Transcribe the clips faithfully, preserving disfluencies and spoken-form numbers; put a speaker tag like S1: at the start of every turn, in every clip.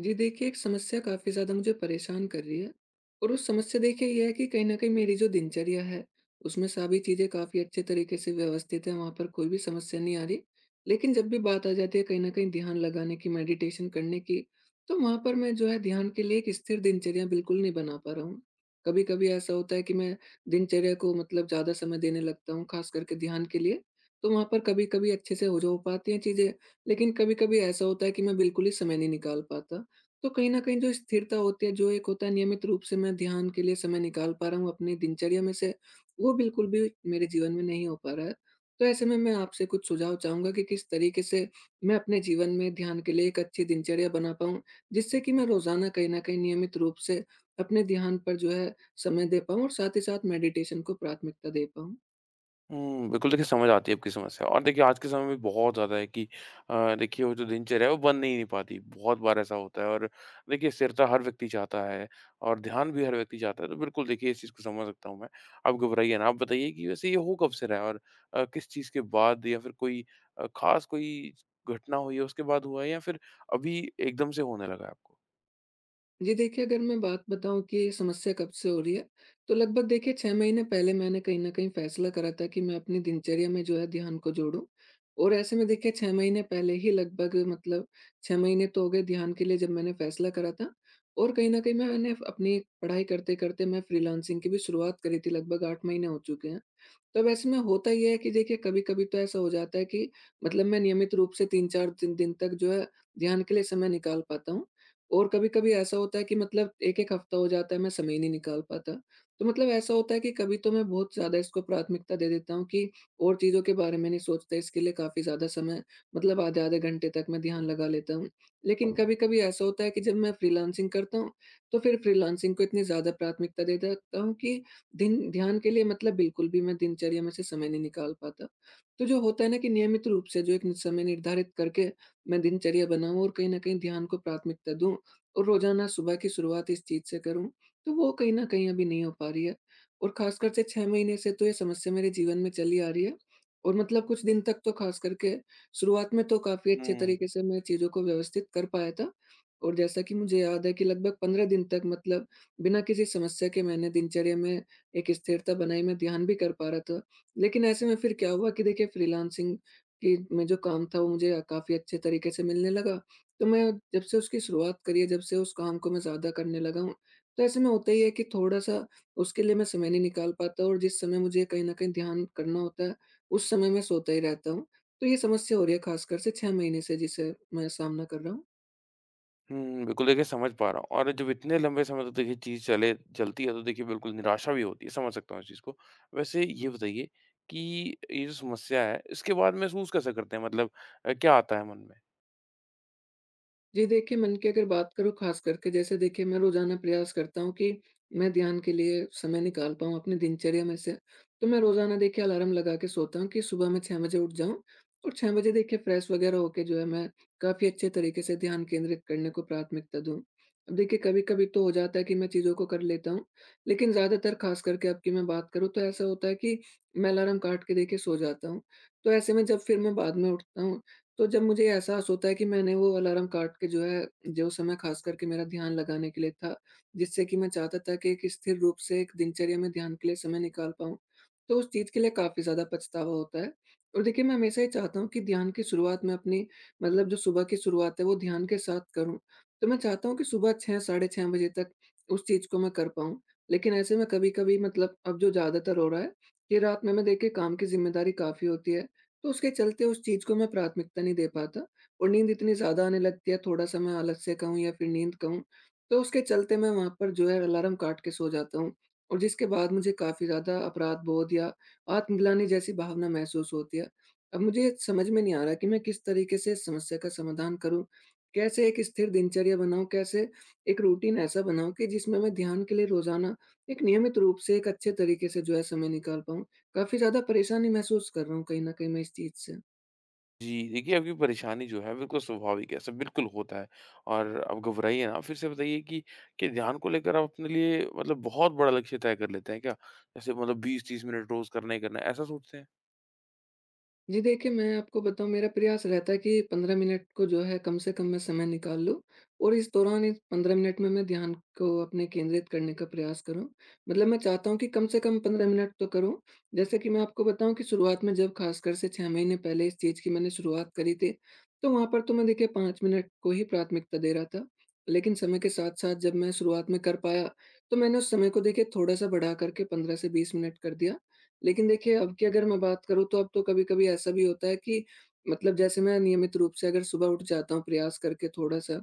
S1: जी देखिए, एक समस्या काफ़ी ज़्यादा मुझे परेशान कर रही है। और उस समस्या देखिए ये है कि कहीं न कहीं मेरी जो दिनचर्या है, उसमें सभी चीज़ें काफ़ी अच्छे तरीके से व्यवस्थित हैं, वहाँ पर कोई भी समस्या नहीं आ रही। लेकिन जब भी बात आ जाती है कहीं न कहीं ध्यान लगाने की, मेडिटेशन करने की, तो वहाँ पर मैं जो है ध्यान के लिए एक स्थिर दिनचर्या बिल्कुल नहीं बना पा रहा हूँ। कभी-कभी ऐसा होता है कि मैं दिनचर्या को मतलब ज़्यादा समय देने लगता हूँ, ख़ास करके ध्यान के लिए, तो वहाँ पर कभी-कभी अच्छे से हो जो हो पाती हैं चीज़ें, लेकिन कभी-कभी ऐसा होता है कि मैं बिल्कुल ही समय नहीं निकाल पाता। तो कहीं न कहीं जो स्थिरता होती है, जो एक होता है नियमित रूप से मैं ध्यान के लिए समय निकाल पा रहा हूँ अपनी दिनचर्या में से, वो बिल्कुल भी मेरे जीवन में नहीं हो पा रहा है। तो ऐसे में मैं आपसे कुछ सुझाव चाहूँगा कि किस तरीके से मैं अपने जीवन में ध्यान के लिए एक अच्छी दिनचर्या बना पाऊँ, जिससे कि मैं रोज़ाना कहीं न कहीं नियमित रूप से अपने ध्यान पर जो है समय दे पाऊँ और साथ ही साथ मेडिटेशन को प्राथमिकता दे पाऊँ?
S2: हुँ, बिल्कुल देखिए, समझ आती है आपकी समस्या। और देखिए, आज के समय में बहुत ज़्यादा है कि अ, देखिए वो जो दिनचर्या है वो बन ही नहीं पाती। बहुत बार ऐसा होता है। और देखिए, स्थिरता हर व्यक्ति चाहता है और ध्यान भी हर व्यक्ति चाहता है। तो बिल्कुल देखिए, इस चीज़ को समझ सकता हूँ मैं। आप घबराइए ना, आप बताइए कि वैसे ये हो कब से रहा है और अ, किस चीज़ के बाद, या फिर कोई अ, ख़ास कोई घटना हुई है उसके बाद हुआ है, या फिर अभी एकदम से होने लगा है आपको?
S1: जी देखिए, अगर मैं बात बताऊँ कि समस्या कब से हो रही है, तो लगभग देखिए छह महीने पहले मैंने कहीं न कहीं फ़ैसला करा था कि मैं अपनी दिनचर्या में जो है ध्यान को जोड़ूँ। और ऐसे में देखिए छह महीने पहले ही लगभग मतलब छह महीने तो हो गए ध्यान के लिए जब मैंने फ़ैसला करा था। और कहीं न कहीं मैंने अपनी पढ़ाई करते-करते मैं फ्रीलांसिंग की भी शुरुआत करी थी, लगभग आठ महीने हो चुके हैं। तब ऐसे में होता ये है कि देखिए कभी-कभी तो ऐसा हो जाता है कि मतलब मैं नियमित रूप से तीन चार दिन दिन तक जो है ध्यान के लिए समय निकाल पाता हूँ। और कभी-कभी ऐसा होता है कि मतलब एक एक हफ्ता हो जाता है, मैं समय ही नहीं निकाल पाता। तो मतलब ऐसा होता है कि कभी तो मैं बहुत ज़्यादा इसको प्राथमिकता दे देता हूँ कि और चीज़ों के बारे में नहीं सोचता, इसके लिए काफ़ी ज़्यादा समय मतलब आधे-आधे घंटे तक मैं ध्यान लगा लेता हूँ। लेकिन कभी-कभी ऐसा होता है कि जब मैं फ्रीलांसिंग करता हूँ, तो फिर फ्रीलांसिंग को इतनी ज़्यादा प्राथमिकता दे देता हूँ कि दिन ध्यान के लिए मतलब बिल्कुल भी मैं दिनचर्या में से समय नहीं निकाल पाता। तो जो होता है ना कि नियमित रूप से जो एक नि समय निर्धारित करके मैं दिनचर्या बनाऊँ और कहीं न कहीं ध्यान को प्राथमिकता दूँ और रोज़ाना सुबह की शुरुआत इस चीज़ से करूँ, तो वो कहीं न कहीं अभी नहीं हो पा रही है। और ख़ासकर से छह महीने से तो ये समस्या मेरे जीवन में चली आ रही है और मतलब कुछ दिन तक तो ख़ास करके शुरुआत में तो काफ़ी अच्छे
S2: हुँ।
S1: तरीके से मैं चीज़ों को व्यवस्थित कर पाया था। और जैसा कि मुझे याद है कि लगभग पंद्रह दिन तक मतलब बिना किसी समस्या के मैंने दिनचर्या में एक स्थिरता बनाई, मैं ध्यान भी कर पा रहा था। लेकिन ऐसे में फिर क्या हुआ कि देखिए फ्रीलांसिंग की में जो काम था वो मुझे काफ़ी अच्छे तरीके से मिलने लगा। तो मैं जब से उसकी शुरुआत करी है, जब से उस काम को मैं ज़्यादा करने लगा हूँ, तो ऐसे में होता ही है कि थोड़ा-सा उसके लिए मैं समय नहीं निकाल पाता और जिस समय मुझे कहीं न कहीं ध्यान करना होता है, उस समय मैं सोता ही रहता हूँ। तो ये समस्या हो रही है, खासकर से छह महीने से, जिसे मैं सामना कर रहा हूँ।
S2: हुँ, बिल्कुल देखिए, समझ पा रहा हूँ। और जब इतने लंबे समय तक देखिए चीज़ चले चलती है तो देखिए बिल्कुल निराशा भी होती है, समझ सकता हूँ इस चीज़ को। वैसे ये बताइए कि ये जो समस्या है इसके बाद महसूस कैसे करते हैं, मतलब अ, क्या आता है मन में?
S1: जी देखिए, मन की अगर बात करूँ, ख़ास करके जैसे देखिए मैं रोज़ाना प्रयास करता हूँ कि मैं ध्यान के लिए समय निकाल पाऊँ अपनी दिनचर्या में से। तो मैं रोज़ाना देखिए अलार्म लगा के सोता हूँ कि सुबह मैं छह बजे उठ जाऊँ और छह बजे देखिए फ्रेश वग़ैरह होके जो है मैं काफ़ी अच्छे तरीके से ध्यान केंद्रित करने को प्राथमिकता दूँ। अब देखिए कभी-कभी तो हो जाता है कि मैं चीज़ों को कर लेता हूँ, लेकिन ज़्यादातर ख़ास करके अब की मैं बात करूँ तो ऐसा होता है कि मैं अलार्म काट के देखिए सो जाता हूँ। तो ऐसे में जब फिर मैं बाद में उठता हूँ तो जब मुझे एहसास होता है कि मैंने वो अलार्म काट के जो है, जो समय खास करके मेरा ध्यान लगाने के लिए था, जिससे कि मैं चाहता था कि एक स्थिर रूप से एक दिनचर्या में ध्यान के लिए समय निकाल पाऊँ, तो उस चीज़ के लिए काफ़ी ज़्यादा पछतावा होता है। और देखिए, मैं हमेशा ये चाहता हूँ कि ध्यान की शुरुआत मैं अपनी मतलब जो सुबह की शुरुआत है, वो ध्यान के साथ करूँ। तो मैं चाहता हूँ कि सुबह छह साढ़े छह बजे तक उस चीज़ को मैं कर पाऊँ। लेकिन ऐसे में कभी-कभी मतलब अब जो ज़्यादातर हो रहा है कि रात में मैं देखिए काम की ज़िम्मेदारी काफ़ी होती है, तो उसके चलते उस चीज़ को मैं प्राथमिकता नहीं दे पाता और नींद इतनी ज़्यादा आने लगती है, थोड़ा-सा मैं आलस्य कहूँ या फिर नींद कहूँ, तो उसके चलते मैं वहाँ पर जो है अलार्म काट के सो जाता हूँ और जिसके बाद मुझे काफ़ी ज़्यादा अपराध-बोध या आत्मग्लानि जैसी भावना महसूस होती है। अब मुझे ये समझ में नहीं आ रहा कि मैं किस तरीके से इस समस्या का समाधान करूँ? कैसे एक स्थिर दिनचर्या बनाऊँ? कैसे एक रूटीन ऐसा बनाऊँ कि जिसमें मैं ध्यान के लिए रोज़ाना एक नियमित रूप से एक अच्छे तरीके से जो है समय निकाल पाऊँ? काफ़ी ज़्यादा परेशानी महसूस कर रहा हूँ, कहीं न कहीं मैं इस चीज़ से।
S2: जी, देखिए आपकी परेशानी जो है बिल्कुल स्वाभाविक है, ऐसा बिल्कुल होता है। और आप घबराइए ना। फिर से बताइए कि क्या ध्यान को लेकर आप अपने लिए मतलब बहुत बड़ा लक्ष्य तय कर लेते हैं क्या? जैसे मतलब बीस तीस मिनट रोज़ करना ही करना है, ऐसा सोचते हैं?
S1: जी देखिए, मैं आपको बताऊँ मेरा प्रयास रहता है कि पंद्रह मिनट को जो है कम से कम मैं समय निकाल लूँ और इस दौरान इस पंद्रह मिनट में मैं ध्यान को अपने केंद्रित करने का प्रयास करूँ। मतलब मैं चाहता हूँ कि कम से कम पंद्रह मिनट तो करूँ। जैसे कि मैं आपको बताऊँ कि शुरुआत में जब खासकर से छह महीने पहले इस चीज़ की मैंने शुरुआत करी थी, तो वहाँ पर तो मैं देखिए पाँच मिनट को ही प्राथमिकता दे रहा था। लेकिन समय के साथ-साथ जब मैं शुरुआत में कर पाया, तो मैंने उस समय को देखिए थोड़ा-सा बढ़ा कर के पंद्रह से बीस मिनट कर दिया। लेकिन देखिए, अब की अगर मैं बात करूँ तो अब तो कभी-कभी ऐसा भी होता है कि मतलब जैसे मैं नियमित रूप से अगर सुबह उठ जाता हूँ प्रयास करके थोड़ा-सा,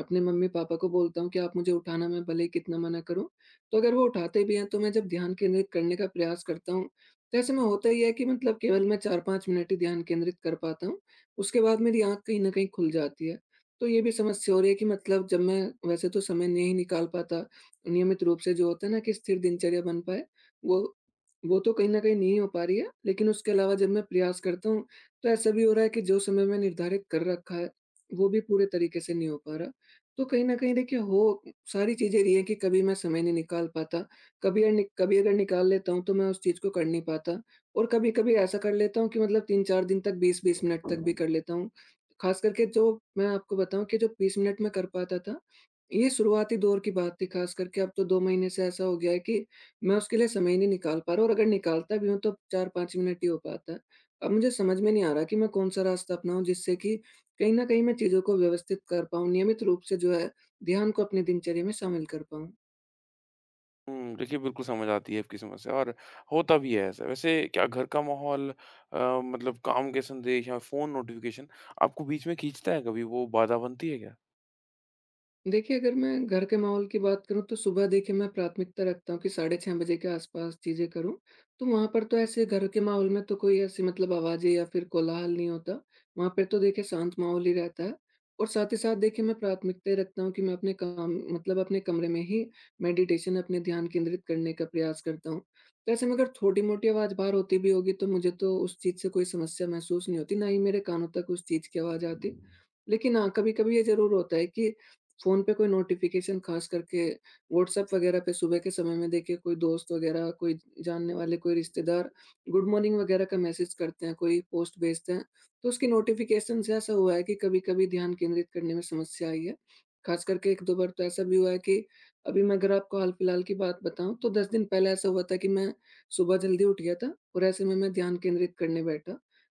S1: अपने मम्मी-पापा को बोलता हूँ कि आप मुझे उठाना, मैं भले ही कितना मना करूँ, तो अगर वो उठाते भी हैं तो मैं जब ध्यान केंद्रित करने का प्रयास करता हूँ, तो ऐसे में होता ही है कि मतलब केवल मैं चार पाँच मिनट ही ध्यान केंद्रित कर पाता हूँ, उसके बाद मेरी आँख कहीं न कहीं खुल जाती है। तो ये भी समस्या हो रही है कि मतलब जब मैं वैसे तो समय नहीं निकाल पाता, नियमित रूप से जो होता है ना कि स्थिर दिनचर्या बन पाए, वो वो तो कहीं न कहीं नहीं हो पा रही है, लेकिन उसके अलावा जब मैं प्रयास करता हूँ, तो ऐसा भी हो रहा है कि जो समय मैं निर्धारित कर रखा है, वो भी पूरे तरीके से नहीं हो पा रहा। तो कहीं न कहीं देखिए हो सारी चीज़ें रही हैं कि कभी मैं समय नहीं निकाल पाता, कभी अ, नि कभी अगर निकाल लेता हूँ, तो मैं उस चीज़ को कर नहीं पाता और कभी-कभी ऐसा कर लेता हूँ कि मतलब तीन चार दिन तक बीस बीस मिनट तक भी कर लेता हूँ। खास करके जो मैं आपको बताऊँ कि जो बीस मिनट मैं कर पाता था, ये शुरुआती दौर की बात थी। खास करके अब तो दो महीने से ऐसा हो गया है कि मैं उसके लिए समय ही नहीं निकाल पा रहा हूँ और अगर निकालता भी हूँ तो चार पाँच मिनट ही हो पाता है। अब मुझे समझ में नहीं आ रहा कि मैं कौन-सा रास्ता अपनाऊँ जिससे कि कहीं न कहीं मैं चीज़ों को व्यवस्थित कर पाऊँ, नियमित रूप से जो है ध्यान को अपनी दिनचर्या में शामिल कर पाऊँ।
S2: हुँ, देखिए बिल्कुल समझ आती है आपकी समस्या और होता भी है ऐसा। वैसे क्या घर का माहौल, अ, मतलब काम के संदेश या फ़ोन नोटिफ़िकेशन आपको बीच में खींचता है कभी? वो बाधा बनती है क्या?
S1: देखिए, अगर मैं घर के माहौल की बात करूँ तो सुबह देखिए मैं प्राथमिकता रखता हूँ कि साढ़े छह बजे के आस-पास चीज़ें करूँ। तो वहाँ पर तो ऐसे घर के माहौल में तो कोई ऐसी मतलब आवाज़ें या फिर कोलाहल नहीं होता। वहाँ पे तो देखिए शांत माहौल ही रहता है और साथ ही साथ देखिए मैं प्राथमिकताएँ रखता हूँ कि मैं अपने काम मतलब अपने कमरे में ही मेडिटेशन अपने ध्यान केंद्रित करने का प्रयास करता हूँ। तो ऐसे में अगर थोड़ी-मोटी आवाज़ बाहर होती भी होगी तो मुझे तो उस चीज़ से कोई समस्या महसूस नहीं होती, ना ही मेरे कानों तक उस चीज़ की आवाज़ आती। लेकिन हाँ, कभी-कभी ये ज़रूर होता है कि फ़ोन पे कोई नोटिफ़िकेशन ख़ास करके व्हाट्सएप वग़ैरह पे सुबह के समय में देखिए कोई दोस्त वग़ैरह, कोई जानने वाले, कोई रिश्तेदार गुड मॉर्निंग वग़ैरह का मैसेज करते हैं, कोई पोस्ट भेजते हैं। तो उसकी नोटिफ़िकेशन से ऐसा हुआ है कि कभी-कभी ध्यान केंद्रित करने में समस्या आई है। ख़ास करके एक दो बार तो ऐसा भी हुआ है कि अभी मैं अगर आपको हाल-फिलहाल की बात बताऊँ तो दस दिन पहले ऐसा हुआ था कि मैं सुबह जल्दी उठ गया था और ऐसे में मैं ध्यान केंद्रित करने बैठा।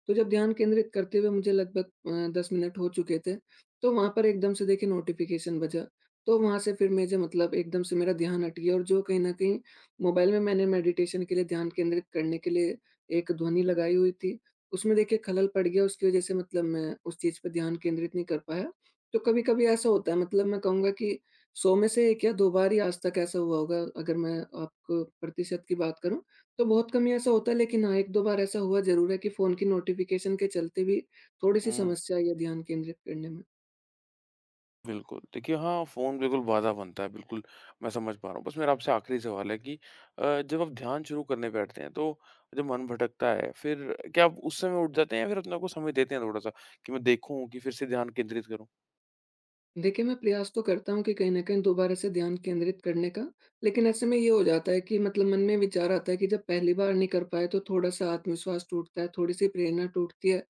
S1: तो जब ध्यान केंद्रित करते हुए मुझे लगभग अ, दस मिनट हो चुके थे, तो वहाँ पर एकदम से देखिए नोटिफ़िकेशन बजा, तो वहाँ से फिर मुझे मतलब एकदम से मेरा ध्यान हट गया और जो कहीं न कहीं मोबाइल में मैंने मेडिटेशन के लिए ध्यान केंद्रित करने के लिए एक ध्वनि लगाई हुई थी, उसमें देखिए खलल पड़ गया। उसकी वज़ह से मतलब मैं उस चीज़ पे ध्यान केंद्रित नहीं कर पाया। तो कभी-कभी ऐसा होता है, मतलब मैं कहूँगा कि सौ में से एक या दो बार ही आज तक ऐसा हुआ होगा अगर मैं आपको प्रतिशत की बात करूँ, तो बहुत कम ही ऐसा होता है लेकिन हाँ, एक दो बार ऐसा हुआ ज़रूर है कि फ़ोन की नोटिफ़िकेशन के चलते भी थोड़ी-सी
S2: हुँ,
S1: समस्या आई है ध्यान केंद्रित करने में।
S2: बिल्कुल। देखिए हाँ, फ़ोन बिल्कुल बाधा बनता है, बिल्कुल मैं समझ पा रहा हूँ। बस मेरा आपसे आखिरी सवाल है कि अ, जब आप ध्यान शुरू करने बैठते हैं तो जब मन भटकता है, फिर क्या आप उस समय उठ जाते हैं, या फिर अपने आप को समय देते हैं थोड़ा-सा कि मैं देखूँ कि फिर से ध्यान केंद्रित करूँ?
S1: देखिए, मैं प्रयास तो करता हूँ कि कहीं न कहीं दोबारा से ध्यान केंद्रित करने का, लेकिन ऐसे में ये हो जाता है कि मतलब मन में विचार आता है कि जब पहली बार नहीं कर पाए, तो थोड़ा-सा आत्मविश्वास टूटता है, थोड़ी-सी प्रेरणा टूटती है।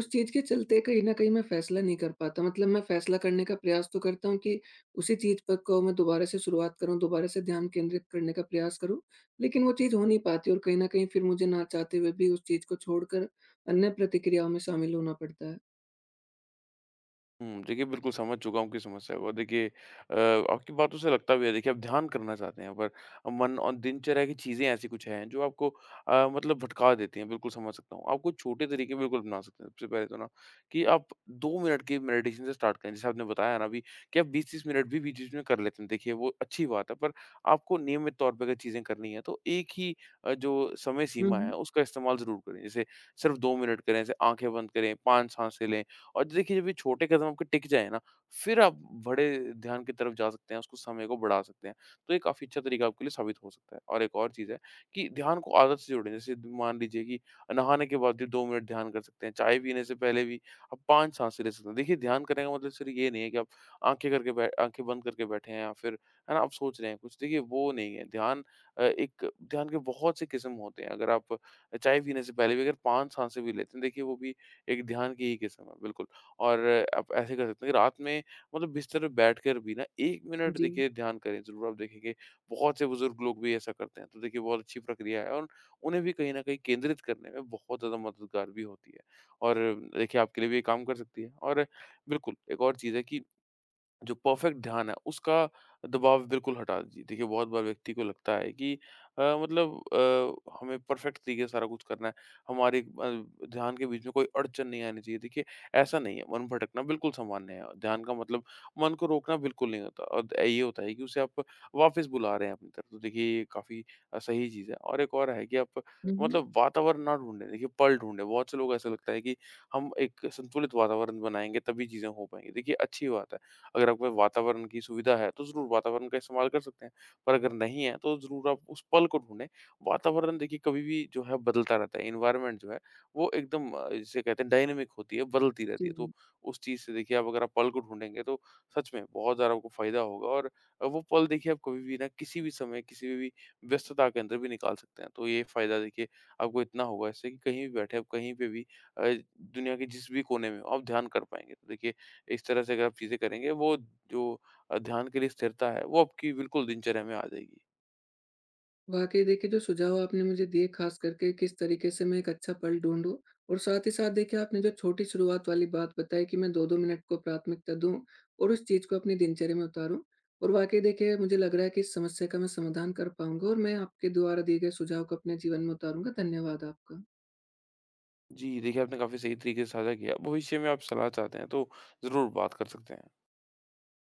S1: उस चीज़ के चलते कहीं न कहीं मैं फैसला नहीं कर पाता। मतलब मैं फैसला करने का प्रयास तो करता हूँ कि उसी चीज़ पर को मैं दोबारा से शुरुआत करूँ, दोबारा से ध्यान केंद्रित करने का प्रयास करूँ, लेकिन वो चीज़ हो नहीं पाती और कहीं न कहीं फिर मुझे ना चाहते हुए भी उस चीज़ को छोड़कर अन्य प्रतिक्रियाओं में शामिल होना पड़ता है।
S2: हुँ, देखिए बिल्कुल समझ चुका हूँ आपकी समस्या को। देखिए अ, आपकी बातों से लगता भी है, देखिए आप ध्यान करना चाहते हैं, पर मन और दिनचर्या की चीज़ें ऐसी कुछ हैं जो आपको अ, मतलब भटका देती हैं, बिल्कुल समझ सकता हूँ। आप कुछ छोटे तरीके बिल्कुल अपना सकते हैं। सबसे पहले तो ना कि आप दो मिनट की मेडिटेशन से स्टार्ट करें। जैसे आपने बताया ना अभी कि आप बीस तीस मिनट भी बीच-बीच में कर लेते हैं, देखिए वो अच्छी बात है, पर आपको नियमित तौर पे अगर चीज़ें करनी है तो एक ही अ, जो समय
S1: हुँ,
S2: सीमा है
S1: हुँ।
S2: उसका इस्तेमाल ज़रूर करें। जैसे सिर्फ दो मिनट करें, जैसे आँखें बंद करें, पाँच साँसें लें। और देखिए, जब ये छोटे कदम आपके टिक जाए ना, फिर आप बड़े ध्यान की तरफ जा सकते हैं, उसको समय को बढ़ा सकते हैं। तो ये काफ़ी अच्छा तरीका आपके लिए साबित हो सकता है। और एक और चीज़ है कि ध्यान को आदत से जोड़ें। जैसे मान लीजिए कि नहाने के बाद भी दो मिनट ध्यान कर सकते हैं, चाय पीने से पहले भी आप पाँच सांसें ले सकते हैं। देखिए, ध्यान करने का मतलब सिर्फ़ ये नहीं है कि आप आँखें करके बै आँखें बंद करके बैठे हैं, या फिर है ना, आप सोच रहे हैं कुछ। देखिए वो नहीं है, ध्यान अ, एक ध्यान के बहुत से किस्म होते हैं। अगर आप चाय पीने से पहले भी अगर पाँच सांसें भी लेते हैं, देखिए वो भी एक ध्यान की ही किस्म है। बिल्कुल। और आप ऐसे कर सकते हैं कि रात में मतलब बिस्तर पे बैठकर भी ना एक मिनट
S1: जी।
S2: देखिए ध्यान करें। ज़रूर आप देखेंगे बहुत से बुज़ुर्ग लोग भी ऐसा करते हैं। तो देखिए बहुत अच्छी प्रक्रिया है और उन्हें भी कहीं न कहीं केंद्रित करने में बहुत ज़्यादा मददगार भी होती है। और देखिए आपके लिए भी ये काम कर सकती है। और बिल्कुल एक और चीज़ है कि जो परफेक्ट ध्यान है, उसका दबाव बिल्कुल हटा दीजिए। देखिए, बहुत बार व्यक्ति को लगता है कि अ, मतलब अ, हमें परफेक्ट तरीके से सारा कुछ करना है, हमारे अ, ध्यान के बीच में कोई अड़चन नहीं आनी चाहिए। देखिए, ऐसा नहीं है, मन भटकना बिल्कुल सामान्य है। ध्यान का मतलब मन को रोकना बिल्कुल नहीं होता, और द ये होता है कि उसे आप वापस बुला रहे हैं अपनी तरफ। तो देखिए, ये काफ़ी अ, सही चीज़ है। और एक और है कि आप
S1: हुँ, हुँ।
S2: मतलब वातावरण ना ढूँढें, देखिए पल ढूँढें। बहुत से लोगों को ऐसा लगता है कि हम एक संतुलित वातावरण बनाएँगे, तभी चीज़ें हो पाएँगी। देखिए, अच्छी बात है। अगर आपके पास वातावरण की सुविधा है, तो ज़रूर वातावरण का इस्तेमाल कर सकते हैं। पर अगर नहीं है, तो ज़रूर आप उस पल को ढूँढें। वातावरण देखिए कभी भी जो है बदलता रहता है, एनवायरनमेंट जो है वो एकदम अ, जिसे कहते हैं डायनामिक होती है, बदलती रहती है। तो
S1: जी।
S2: उस चीज़ से देखिए आप, अगर आप पल को ढूँढेंगे तो सच में बहुत ज़्यादा आपको फ़ायदा होगा। और अ, वो पल देखिए आप कभी भी ना किसी भी समय, किसी भी व्यस्तता के अंदर भी निकाल सकते हैं। तो ये फ़ायदा देखिए आपको इतना होगा इससे कि कहीं भी बैठे आप, कहीं पे भी अ, दुनिया के जिस भी कोने में हो, आप ध्यान कर पाएँगे। तो देखिए इस तरह से अगर आप चीज़ें करेंगे, वो जो अ, ध्यान के लिए स्थिरता है, वो आपकी बिल्कुल दिनचर्या में आ जाएगी।
S1: वाकई देखिए जो सुझाव आपने मुझे दिए, खास करके किस तरीके से मैं एक अच्छा पल ढूंढूं और साथ ही साथ देखिए आपने जो छोटी शुरुआत वाली बात बताई कि मैं दो दो मिनट को प्राथमिकता दूं और उस चीज को अपनी दिनचर्या में उतारूं, और वाकई देखिए मुझे लग रहा है कि इस समस्या का मैं समाधान कर पाऊंगा और मैं आपके द्वारा दिए गए सुझाव को अपने जीवन में उतारूंगा। धन्यवाद आपका।
S2: जी, देखिए आपने काफ़ी सही तरीके से साझा किया। भविष्य में आप सलाह चाहते हैं, तो ज़रूर बात कर सकते हैं।